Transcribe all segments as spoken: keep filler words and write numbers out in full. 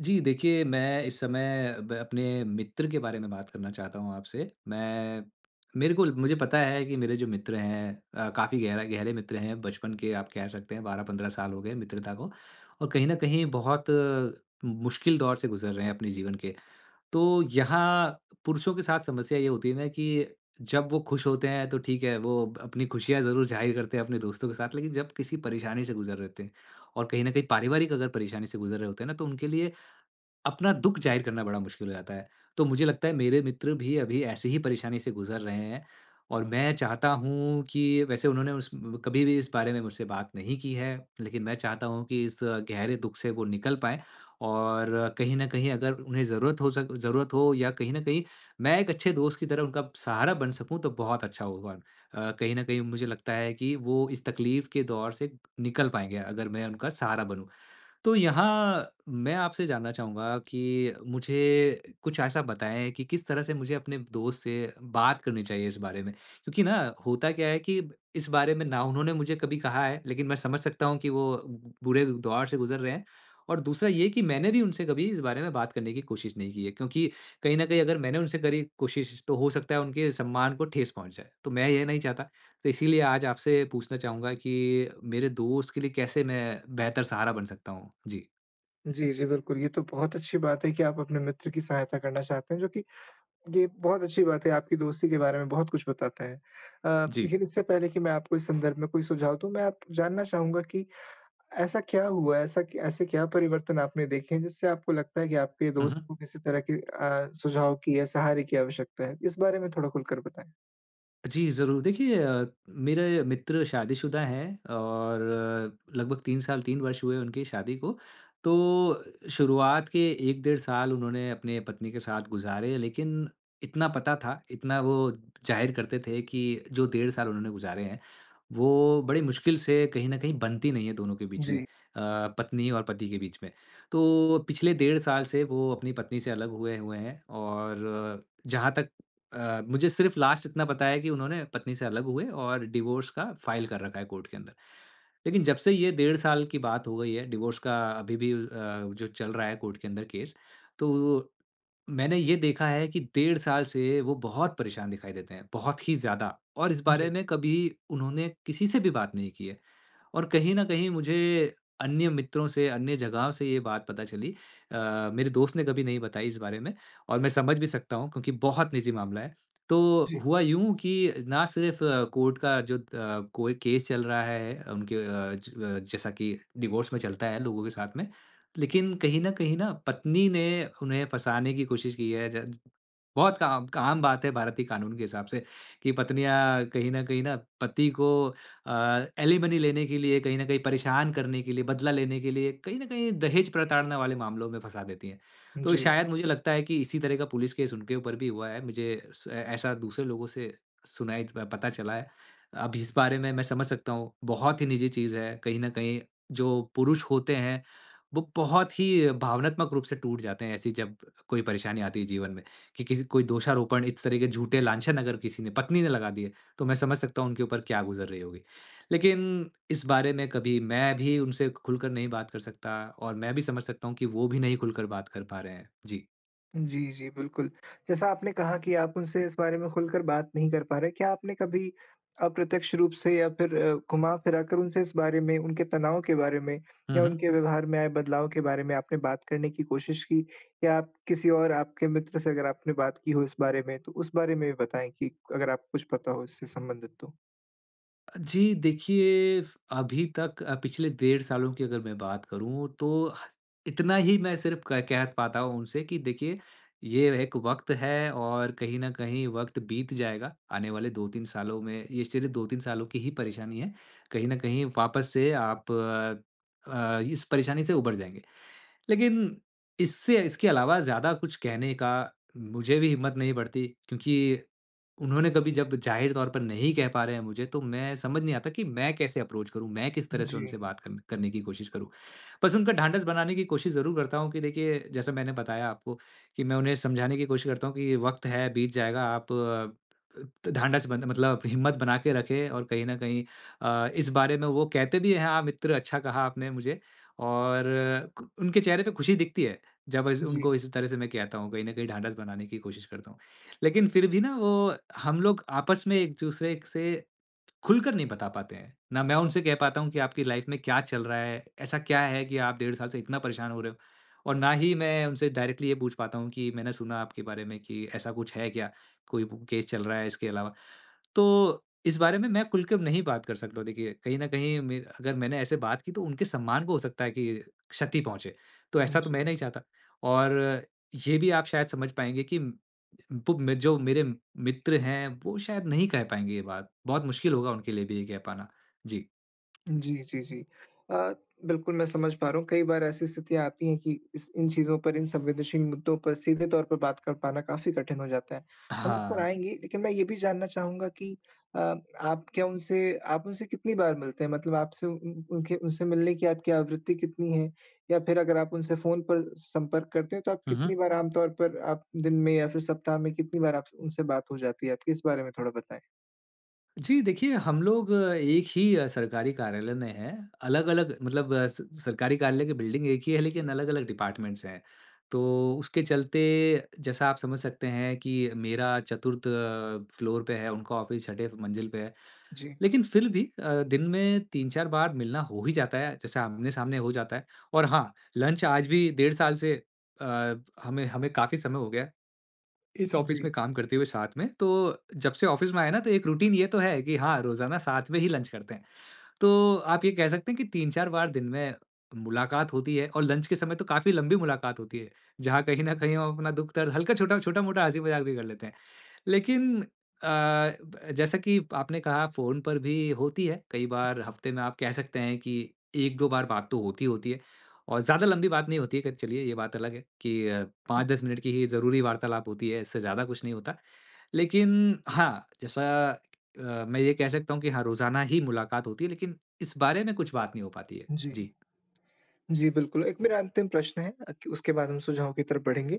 जी, देखिए मैं इस समय ब अपने मित्र के बारे में बात करना चाहता हूँ आपसे। मैं मेरे को मुझे पता है कि मेरे जो मित्र हैं, अ, काफ़ी गहरा गहरे मित्र हैं, बचपन के, आप कह सकते हैं बारह पंद्रह साल हो गए मित्रता को, और कहीं न कहीं बहुत अ, मुश्किल दौर से गुज़र रहे हैं अपने जीवन के। तो यहाँ पुरुषों के साथ समस्या ये होती है ना कि जब वो खुश होते हैं तो ठीक है, वो अपनी खुशियाँ ज़रूर ज़ाहिर करते हैं अपने दोस्तों के साथ, लेकिन जब किसी परेशानी से गुज़र रहे होते हैं और कहीं न कहीं पारिवारिक अगर परेशानी से गुज़र रहे होते हैं ना, तो उनके लिए अपना दुःख ज़ाहिर करना बड़ा मुश्किल हो जाता है। तो मुझे लगता है मेरे मित्र भी अभी ऐसी ही परेशानी से गुज़र रहे हैं और मैं चाहता हूँ कि वैसे उन्होंने उस कभी भी इस बारे में मुझसे बात नहीं की है, लेकिन मैं चाहता हूँ कि इस गहरे दुःख से वो निकल पाएँ और कहीं न कहीं अगर उन्हें ज़रूरत हो सक ज़रूरत हो या कहीं न कहीं मैं एक अच्छे दोस्त की तरह उनका सहारा बन सकूँ तो बहुत अच्छा होगा। अ, कहीं न कहीं मुझे लगता है कि वो इस तकलीफ़ के दौर से निकल पाएँगे अगर मैं उनका सहारा बनूँ। तो यहाँ मैं आपसे जानना चाहूँगा कि मुझे कुछ ऐसा बताएँ कि किस तरह से मुझे अपने दोस्त से बात करनी चाहिए इस बारे में? क्योंकि ना, होता क्या है कि इस बारे में ना उन्होंने मुझे कभी कहा है, लेकिन मैं समझ सकता हूँ कि वो बुरे दौर से गुज़र रहे हैं और दूसरा ये कि मैंने भी उनसे कभी इस बारे में बात करने की कोशिश नहीं की है क्योंकि कहीं न कहीं अगर मैंने उनसे करी कोशिश, तो हो सकता है उनके सम्मान को ठेस पहुँच जाए, तो मैं ये नहीं चाहता। तो इसीलिए आज आपसे पूछना चाहूँगा कि मेरे दोस्त के लिए कैसे मैं बेहतर सहारा बन सकता हूँ? जी। जी, जी, बिल्कुल। ये तो बहुत अच्छी बात है कि आप अपने मित्र की सहायता करना चाहते हैं, जो कि ये बहुत अच्छी बात है, आपकी दोस्ती के बारे में बहुत कुछ बताता है। अ, जी। लेकिन इससे पहले कि मैं आपको इस संदर्भ में कोई सुझाव दूँ, मैं आप जानना चाहूँगा कि ऐसा क्या हुआ, ऐसा क ऐसे क्या परिवर्तन आपने देखे हैं, जिससे आपको लगता है कि आपके हुँ, दोस्त हुँ। को किसी तरह की अ, सुझाव की या सहारे की आवश्यकता है? इस बारे में थोड़ा खुलकर बताएँ। जी, ज़रूर। देखिए, अ, मेरे मित्र शादीशुदा हैं और अ, लगभग तीन साल तीन वर्ष हुए उनकी शादी को। तो शुरुआत के एक डेढ़ साल उन्होंने अपने पत्नी के साथ गुज़ारे, लेकिन इतना पता था, इतना वो ज़ाहिर करते थे कि जो डेढ़ साल उन्होंने गुज़ारे हैं। वो बड़ी मुश्किल से, कहीं न कहीं बनती नहीं है दोनों के बीच में, जी, अ, पत्नी और पति के बीच में। तो पिछले डेढ़ साल से वो अपनी पत्नी से अलग हुए हुए हैं और जहाँ तक अ, मुझे सिर्फ़ लास्ट इतना पता है कि उन्होंने पत्नी से अलग हुए और डिवोर्स का फ़ाइल कर रखा है कोर्ट के अंदर। लेकिन जब से ये डेढ़ साल की बात हो गई है, डिवोर्स का अभी भी, अ, जो चल रहा है कोर्ट के अंदर केस, तो मैंने ये देखा है कि डेढ़ साल से वो बहुत परेशान दिखाई देते हैं, बहुत ही ज़्यादा, और इस बारे जी, में कभी उन्होंने किसी से भी बात नहीं की है। और कहीं न कहीं मुझे अन्य मित्रों से, अन्य जगहों से ये बात पता चली, अ, मेरे दोस्त ने कभी नहीं बताई इस बारे में, और मैं समझ भी सकता हूँ क्योंकि बहुत निजी मामला है। तो जी, हुआ यूँ कि ना सिर्फ़ कोर्ट का जो, अ, कोई केस चल रहा है उनके, अ, ज अ, जैसा कि डिवोर्स में चलता है लोगों के साथ में, लेकिन कहीं न कहीं ना पत्नी ने उन्हें फँसाने की कोशिश की है। ज बहुत आम आम बात है भारतीय कानून के हिसाब से कि पत्नियाँ कहीं न कहीं ना पति को अ, एलिमनी लेने के लिए, कहीं न कहीं परेशान करने के लिए, बदला लेने के लिए, कहीं न कहीं दहेज प्रताड़ना वाले मामलों में फँसा देती हैं। तो जी। शायद मुझे लगता है कि इसी तरह का पुलिस केस उनके ऊपर भी हुआ है। मुझे स ऐसा दूसरे लोगों से सुनाई प पता चला है। अब इस बारे में मैं समझ सकता हूँ, बहुत ही निजी चीज़ है। कहीं न कहीं जो पुरुष होते हैं वो बहुत ही भावनात्मक रूप से टूट जाते हैं ऐसी, जब कोई परेशानी आती है जीवन में कि किसी कोई दोषारोपण इस तरह के झूठे लांछन अगर किसी ने पत्नी ने लगा दिए, तो मैं समझ सकता हूँ उनके ऊपर क्या गुजर रही होगी, लेकिन इस बारे में कभी मैं भी उनसे खुलकर नहीं बात कर सकता और मैं भी समझ सकता हूँ कि वो भी नहीं खुलकर बात कर पा रहे हैं। जी। जी, जी, बिल्कुल। जैसा आपने कहा कि आप उनसे इस बारे में खुलकर बात नहीं कर पा रहे, क्या आपने कभी अप्रत्यक्ष रूप से या फिर अ, घुमा-फिरा कर उनसे इस बारे में, उनके तनाव के बारे में या हम्म। उनके व्यवहार में आए बदलाव के बारे में आपने बात करने की कोशिश की? या आप किसी और आपके मित्र से अगर आपने बात की हो इस बारे में, तो उस बारे में भी बताएँ कि अगर आपको कुछ पता हो इससे संबंधित तो? जी, देखिए फ अभी तक, अ, पिछले डेढ़ सालों की अगर मैं बात करूँ तो ह इतना ही मैं सिर्फ़ क कह पाता हूँ उनसे कि देखिए, ये एक वक़्त है और कहीं न कहीं वक़्त बीत जाएगा। आने वाले दो तीन सालों में ये सिर्फ़ दो तीन सालों की ही परेशानी है। कहीं न कहीं वापस से आप, अ, अ, इस परेशानी से उबर जाएँगे। लेकिन इससे, इसके अलावा ज़्यादा कुछ कहने का मुझे भी हिम्मत नहीं बढ़ती क्योंकि उन्होंने, कभी जब ज़ाहिर तौर पर नहीं कह पा रहे हैं मुझे, तो मैं समझ नहीं आता कि मैं कैसे अप्रोच करूँ, मैं किस तरह से जी, उनसे बात करन करने की कोशिश करूँ। बस उनका ढाँढस बनाने की कोशिश ज़रूर करता हूँ कि देखिए, जैसा मैंने बताया आपको कि मैं उन्हें समझाने की कोशिश करता हूँ कि वक़्त है, बीत जाएगा, आप, अ, त ढाँढस बन मतलब हिम्मत बना के रखें और कहीं न कहीं, अ, इस बारे में वो कहते भी हैं, "हाँ, मित्र, अच्छा कहा आपने मुझे" और क उनके चेहरे पे खुशी दिखती है, जब इस जी, उनको इस तरह से मैं कहता हूँ, कहीं न कहीं ढाँढस बनाने की कोशिश करता हूँ। लेकिन फिर भी ना वो, हम लोग आपस में एक-दूसरे से खुलकर नहीं बता पाते हैं। ना मैं उनसे कह पाता हूँ कि आपकी लाइफ़ में क्या चल रहा है? ऐसा क्या है कि आप डेढ़ साल से इतना परेशान हो रहे हो? और ना ही मैं उनसे डायरेक्टली ये पूछ पाता हूँ कि मैंने सुना आपके बारे में कि ऐसा कुछ है क्या? कोई ब केस चल रहा है इसके अलावा? तो इस बारे में मैं खुल के नहीं बात कर सकता हूँ। देखिए, कहीं न कहीं मे अगर मैंने ऐसे बात की तो उनके सम्मान को हो सकता है कि क्षति पहुँचे, तो ऐसा तो जी। मैं नहीं चाहता। और ये भी आप शायद समझ पाएँगे कि म- वो म जो मेरे मित्र हैं, वो शायद नहीं कह पाएँगे ये बात। बहुत मुश्किल होगा उनके लिए भी ये कह पाना। जी। जी, जी, जी। अ, बिल्कुल मैं समझ पा रहा हूँ, कई बार ऐसी स्थितियाँ आती हैं कि इस इन चीज़ों पर, इन संवेदनशील मुद्दों पर सीधे तौर पर बात कर पाना काफ़ी कठिन हो जाता है। हम इस पर हाँ। आएँगे, लेकिन मैं ये भी जानना चाहूँगा कि अ, आप क्या उनसे आप उनसे कितनी बार मिलते हैं? मतलब आपसे उन उन उनके उनसे मिलने की आपकी आवृत्ति कितनी है? या फिर अगर आप उनसे फ़ोन पर संपर्क करते हैं, तो आप हुँ, कितनी हुँ। बार आम तौर पर आप दिन में या फिर सप्ताह में कितनी बार आप उनसे बात हो जाती है आपकी? इस बारे में थोड़ा बताएँ। जी, देखिए हम लोग, अ, एक ही, अ, सरकारी कार्यालय में हैं। अलग-अलग मतलब, अ, स सरकारी कार्यालय की बिल्डिंग एक ही है, लेकिन अलग-अलग डिपार्टमेंट्स हैं। तो उसके चलते, जैसा आप समझ सकते हैं कि मेरा चतुर्थ, अ, फ्लोर पे है, उनका ऑफ़िस छठे मंजिल पे है। जी, लेकिन फिर भी, अ, दिन में तीन चार बार मिलना हो ही जाता है, जैसे आमने-सामने हो जाता है। और हाँ, लंच आज भी डेढ़ साल से, अ, हमें हमें काफ़ी समय हो गया इस ऑफिस में जी, काम करते हुए साथ में, तो जब से ऑफिस में आए ना, तो एक रूटीन ये तो है कि हाँ, रोज़ाना साथ में ही लंच करते हैं। तो आप ये कह सकते हैं कि तीन चार बार दिन में मुलाकात होती है और लंच के समय तो काफ़ी लंबी मुलाकात होती है, जहाँ कहीं न कहीं हम अपना दुःख-दर्द हल्का, छोटा छोटा-मोटा हँसी-मज़ाक भी कर लेते हैं। लेकिन, अ, ब जैसा कि आपने कहा फ़ोन पर भी होती है, कई बार हफ़्ते में आप कह सकते हैं कि एक दो बार बात तो होती होती है और ज़्यादा लंबी बात नहीं होती है, क चलिए ये बात अलग है कि, अ, पांच दस मिनट की ही ज़रूरी वार्तालाप होती है, इससे ज़्यादा कुछ नहीं होता। लेकिन हाँ, जैसा, अ, मैं ये कह सकता हूँ कि हाँ, रोज़ाना ही मुलाकात होती है, लेकिन इस बारे में कुछ बात नहीं हो पाती है। जी। जी। जी, बिल्कुल। एक मेरा अंतिम प्रश्न है अ, कि उसके बाद हम सुझाव की तरफ बढ़ेंगे।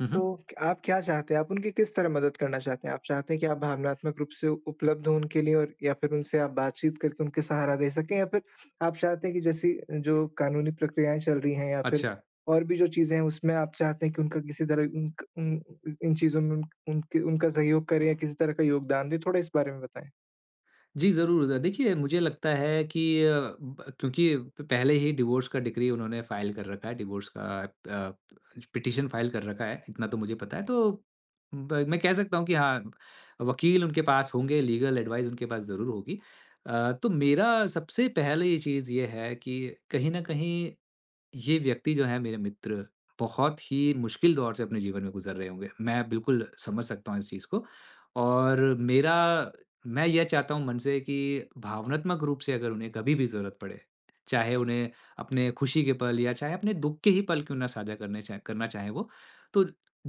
हुँ, हुँ। तो क आप क्या चाहते हैं? आप उनकी किस तरह मदद करना चाहते हैं? आप चाहते हैं कि आप भावनात्मक रूप से उपलब्ध हों उनके लिए और या फिर उनसे आप बातचीत करके उनके सहारा दे सकें, या फिर आप चाहते हैं कि जैसी जो कानूनी प्रक्रियाएँ चल रही हैं, या फिर अच्छा। और भी जो चीज़ें हैं उसमें आप चाहते हैं कि उनका किसी तरह उनक उन इन चीज़ों में उन उनके उनका सहयोग करें या किसी तरह का योगदान दें? थोड़ा इस बारे में बताएँ। जी, ज़रूर। द देखिए, मुझे लगता है कि, अ, ब क्योंकि प- पहले ही डिवोर्स का डिक्री उन्होंने फ़ाइल कर रखा है, डिवोर्स का, अ, पिटीशन फ़ाइल कर रखा है, इतना तो मुझे पता है। तो ब मैं कह सकता हूँ कि हाँ, वकील उनके पास होंगे, लीगल एडवाइस उनके पास ज़रूर होगी। अ, तो मेरा सबसे पहले ये चीज़ ये है कि कहीं न कहीं ये व्यक्ति जो है मेरे मित्र, बहुत ही मुश्किल दौर से अपने जीवन में गुज़र रहे होंगे। मैं बिल्कुल समझ सकता हूँ इस चीज़ को और मेरा मैं यह चाहता हूँ मन से कि भावनात्मक रूप से अगर उन्हें कभी भी ज़रूरत पड़े, चाहे उन्हें अपने खुशी के पल या चाहे अपने दुःख के ही पल क्यों ना साझा करने चाहे करना चाहें वो, तो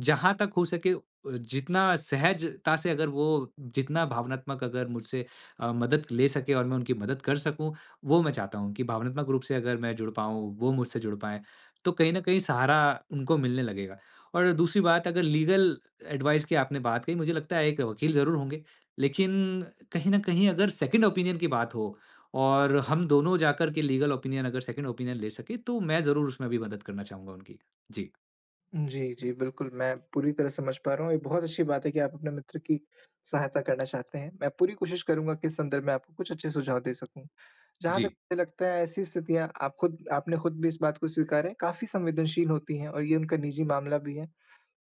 जहाँ तक हो सके, अ, जितना सहजता से अगर वो जितना भावनात्मक अगर मुझसे, अ, मदद ले सकें और मैं उनकी मदद कर सकूँ, वो मैं चाहता हूँ कि भावनात्मक रूप से अगर मैं जुड़ पाऊँ, वो मुझसे जुड़ पाएँ, तो कहीं न कहीं सहारा उनको मिलने लगेगा। और दूसरी बात, अगर लीगल एडवाइस की आपने बात कही, मुझे लगता है एक वकील ज़रूर होंगे, लेकिन कहीं न कहीं अगर सेकंड ओपिनियन की बात हो और हम दोनों जाकर के लीगल ओपिनियन अगर सेकंड ओपिनियन ले सकें, तो मैं ज़रूर उसमें भी मदद करना चाहूँगा उनकी। जी। जी, जी। बिल्कुल, मैं पूरी तरह समझ पा रहा हूँ। ये बहुत अच्छी बात है कि आप अपने मित्र की सहायता करना चाहते हैं। मैं पूरी कोशिश करूँगा कि इस संदर्भ में आपको कुछ अच्छे सुझाव दे सकूँ। जहाँ तक जी, मुझे लगता है ऐसी स्थितियाँ, आप खुद आपने खुद भी इस बात को स्वीकारा है, काफ़ी संवेदनशील होती हैं और ये उनका निजी मामला भी है।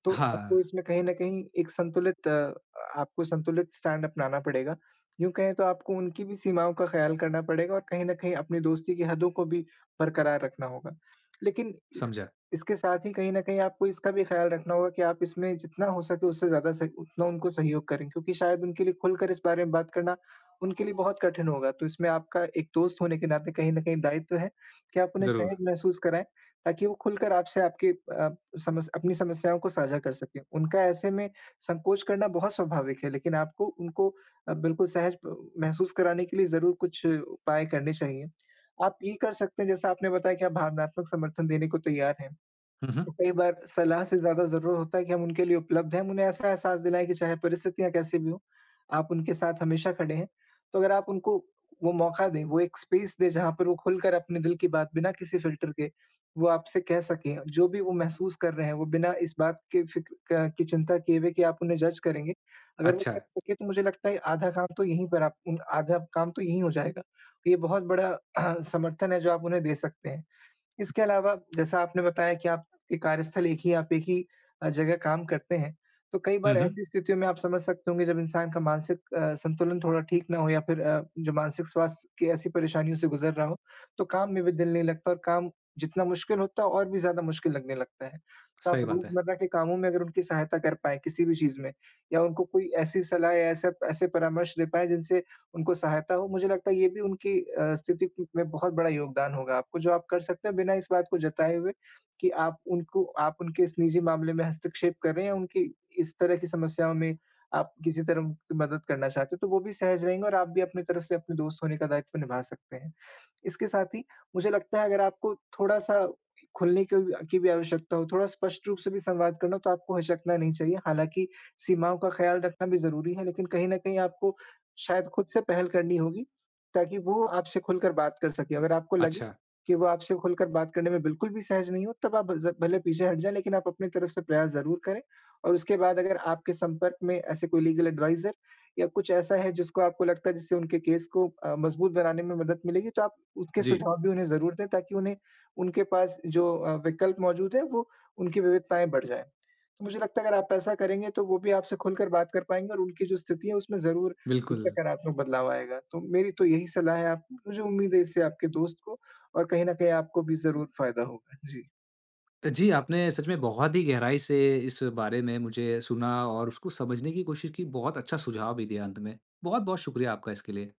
तो हाँ, आपको इसमें कहीं न कहीं एक संतुलित अ, आपको संतुलित स्टैंड अपनाना पड़ेगा। यूँ कहें तो आपको उनकी भी सीमाओं का ख़्याल करना पड़ेगा और कहीं न कहीं अपनी दोस्ती की हदों को भी बरकरार रखना होगा। लेकिन इस समझा। इसके साथ ही कहीं न कहीं आपको इसका भी ख़्याल रखना होगा कि आप इसमें जितना हो सके उससे ज़्यादा सह उतना उनको सहयोग करें, क्योंकि शायद उनके लिए खुलकर इस बारे में बात करना उनके लिए बहुत कठिन होगा। तो इसमें आपका, एक दोस्त होने के नाते, कहीं न कहीं दायित्व है कि आप उन्हें सहज ज़रूर। महसूस कराएँ, ताकि वो खुलकर आपसे आपके अ, समस अपनी समस्याओं को साझा कर सकें। उनका ऐसे में संकोच करना बहुत स्वाभाविक है, लेकिन आपको उनको अ, बिल्कुल सहज प महसूस कराने के लिए ज़रूर कुछ उपाय करने चाहिए। आप ये कर सकते हैं, जैसा आपने बताया कि आप भावनात्मक समर्थन देने को तैयार हैं। हुँ, तो हुँ। कई बार सलाह से ज़्यादा ज़रूर होता है कि हम उनके लिए उपलब्ध हैं, हम उन्हें ऐसा एहसास दिलाएँ कि चाहे परिस्थितियाँ कैसी भी हों, आप उनके साथ हमेशा खड़े हैं। तो अगर आप उनको वो मौका दें, वो एक स्पेस दें, जहाँ पर वो खुलकर अपने दिल की बात बिना किसी फ़िल्टर के वो आपसे कह सकें। जो भी वो महसूस कर रहे हैं, वो बिना इस बात के फ़िक्र क की चिंता किए हुए कि आप उन्हें जज करेंगे। अगर वो अच्छा। कर सके, तो मुझे लगता है आधा काम तो यहीं पर आप उन आधा काम तो यहीं हो जाएगा। ये बहुत बड़ा समर्थन है, जो आप उन्हें दे सकते हैं। इसके अलावा, जैसा आपने बताया कि आपके कार्यस्थल एक ही आप एक ही अ, जगह काम करते हैं, तो कई हुँ, बार हुँ। ऐसी स्थितियों में आप समझ सकते होंगे, जब इंसान का मानसिक अ, संतुलन थोड़ा ठीक ना हो, या फिर अ, जो मानसिक स्वास्थ्य की ऐसी परेशानियों से गुज़र रहा हो, तो काम में भी दिल नहीं लगता और काम जितना मुश्किल होता है और भी ज़्यादा मुश्किल लगने लगता है। तो आप सही बात है। रोज़मर्रा के कामों में अगर उनकी सहायता कर पाएँ किसी भी चीज़ में, या उनको कोई ऐसी सलाह या ऐसा ऐसे परामर्श दे पाएँ जिनसे उनको सहायता हो, मुझे लगता है ये भी उनकी अ, स्थिति क में बहुत बड़ा योगदान होगा आपको, जो आप कर सकते हैं बिना इस बात को जताए हुए कि आप उनको आप उनके इस निजी मामले में हस्तक्षेप कर रहे हैं, या उनकी इस तरह की समस्याओं में आप किसी तरह उनकी मदद करना चाहते हो, तो वो भी सहज रहेंगे और आप भी अपनी तरफ से अपने दोस्त होने का दायित्व निभा सकते हैं। इसके साथ ही मुझे लगता है, अगर आपको थोड़ा-सा खुलने की भी की भी आवश्यकता हो, थोड़ा स्पष्ट रूप से भी संवाद करना हो, तो आपको हिचकना नहीं चाहिए। हालाँकि सीमाओं का ख़्याल रखना भी ज़रूरी है, लेकिन कहीं न कहीं आपको शायद खुद से पहल करनी होगी, ताकि वो आपसे खुलकर बात कर सके। अगर आपको लगे अच्छा। कि वो आपसे खुलकर बात करने में बिल्कुल भी सहज नहीं हो, तब आप ज भले पीछे हट जाएँ, लेकिन आप अपनी तरफ से प्रयास ज़रूर करें। और उसके बाद, अगर आपके संपर्क में ऐसे कोई लीगल एडवाइज़र या कुछ ऐसा है जिसको आपको लगता है जिससे उनके केस को अ, मज़बूत बनाने में मदद मिलेगी, तो आप उसके जी, सुझाव भी उन्हें ज़रूर दें, ताकि उन्हें उनके पास जो अ, विकल्प मौजूद हैं, वो उनकी विविधताएँ बढ़ जाएँ। तो मुझे लगता है अगर आप ऐसा करेंगे, तो वो भी आपसे खुलकर बात कर पाएँगे और उनकी जो स्थिति है, उसमें ज़रूर ही बिल्कुल। सकारात्मक बदलाव आएगा। तो मेरी तो यही सलाह है, आप, मुझे उम्मीद है इससे आपके दोस्त को और कहीं न कहीं आपको भी ज़रूर फ़ायदा होगा। जी। तो जी, आपने सच में बहुत ही गहराई से इस बारे में मुझे सुना और उसको समझने की कोशिश की। बहुत अच्छा सुझाव भी दिया अंत में। बहुत-बहुत शुक्रिया आपका इसके लिए।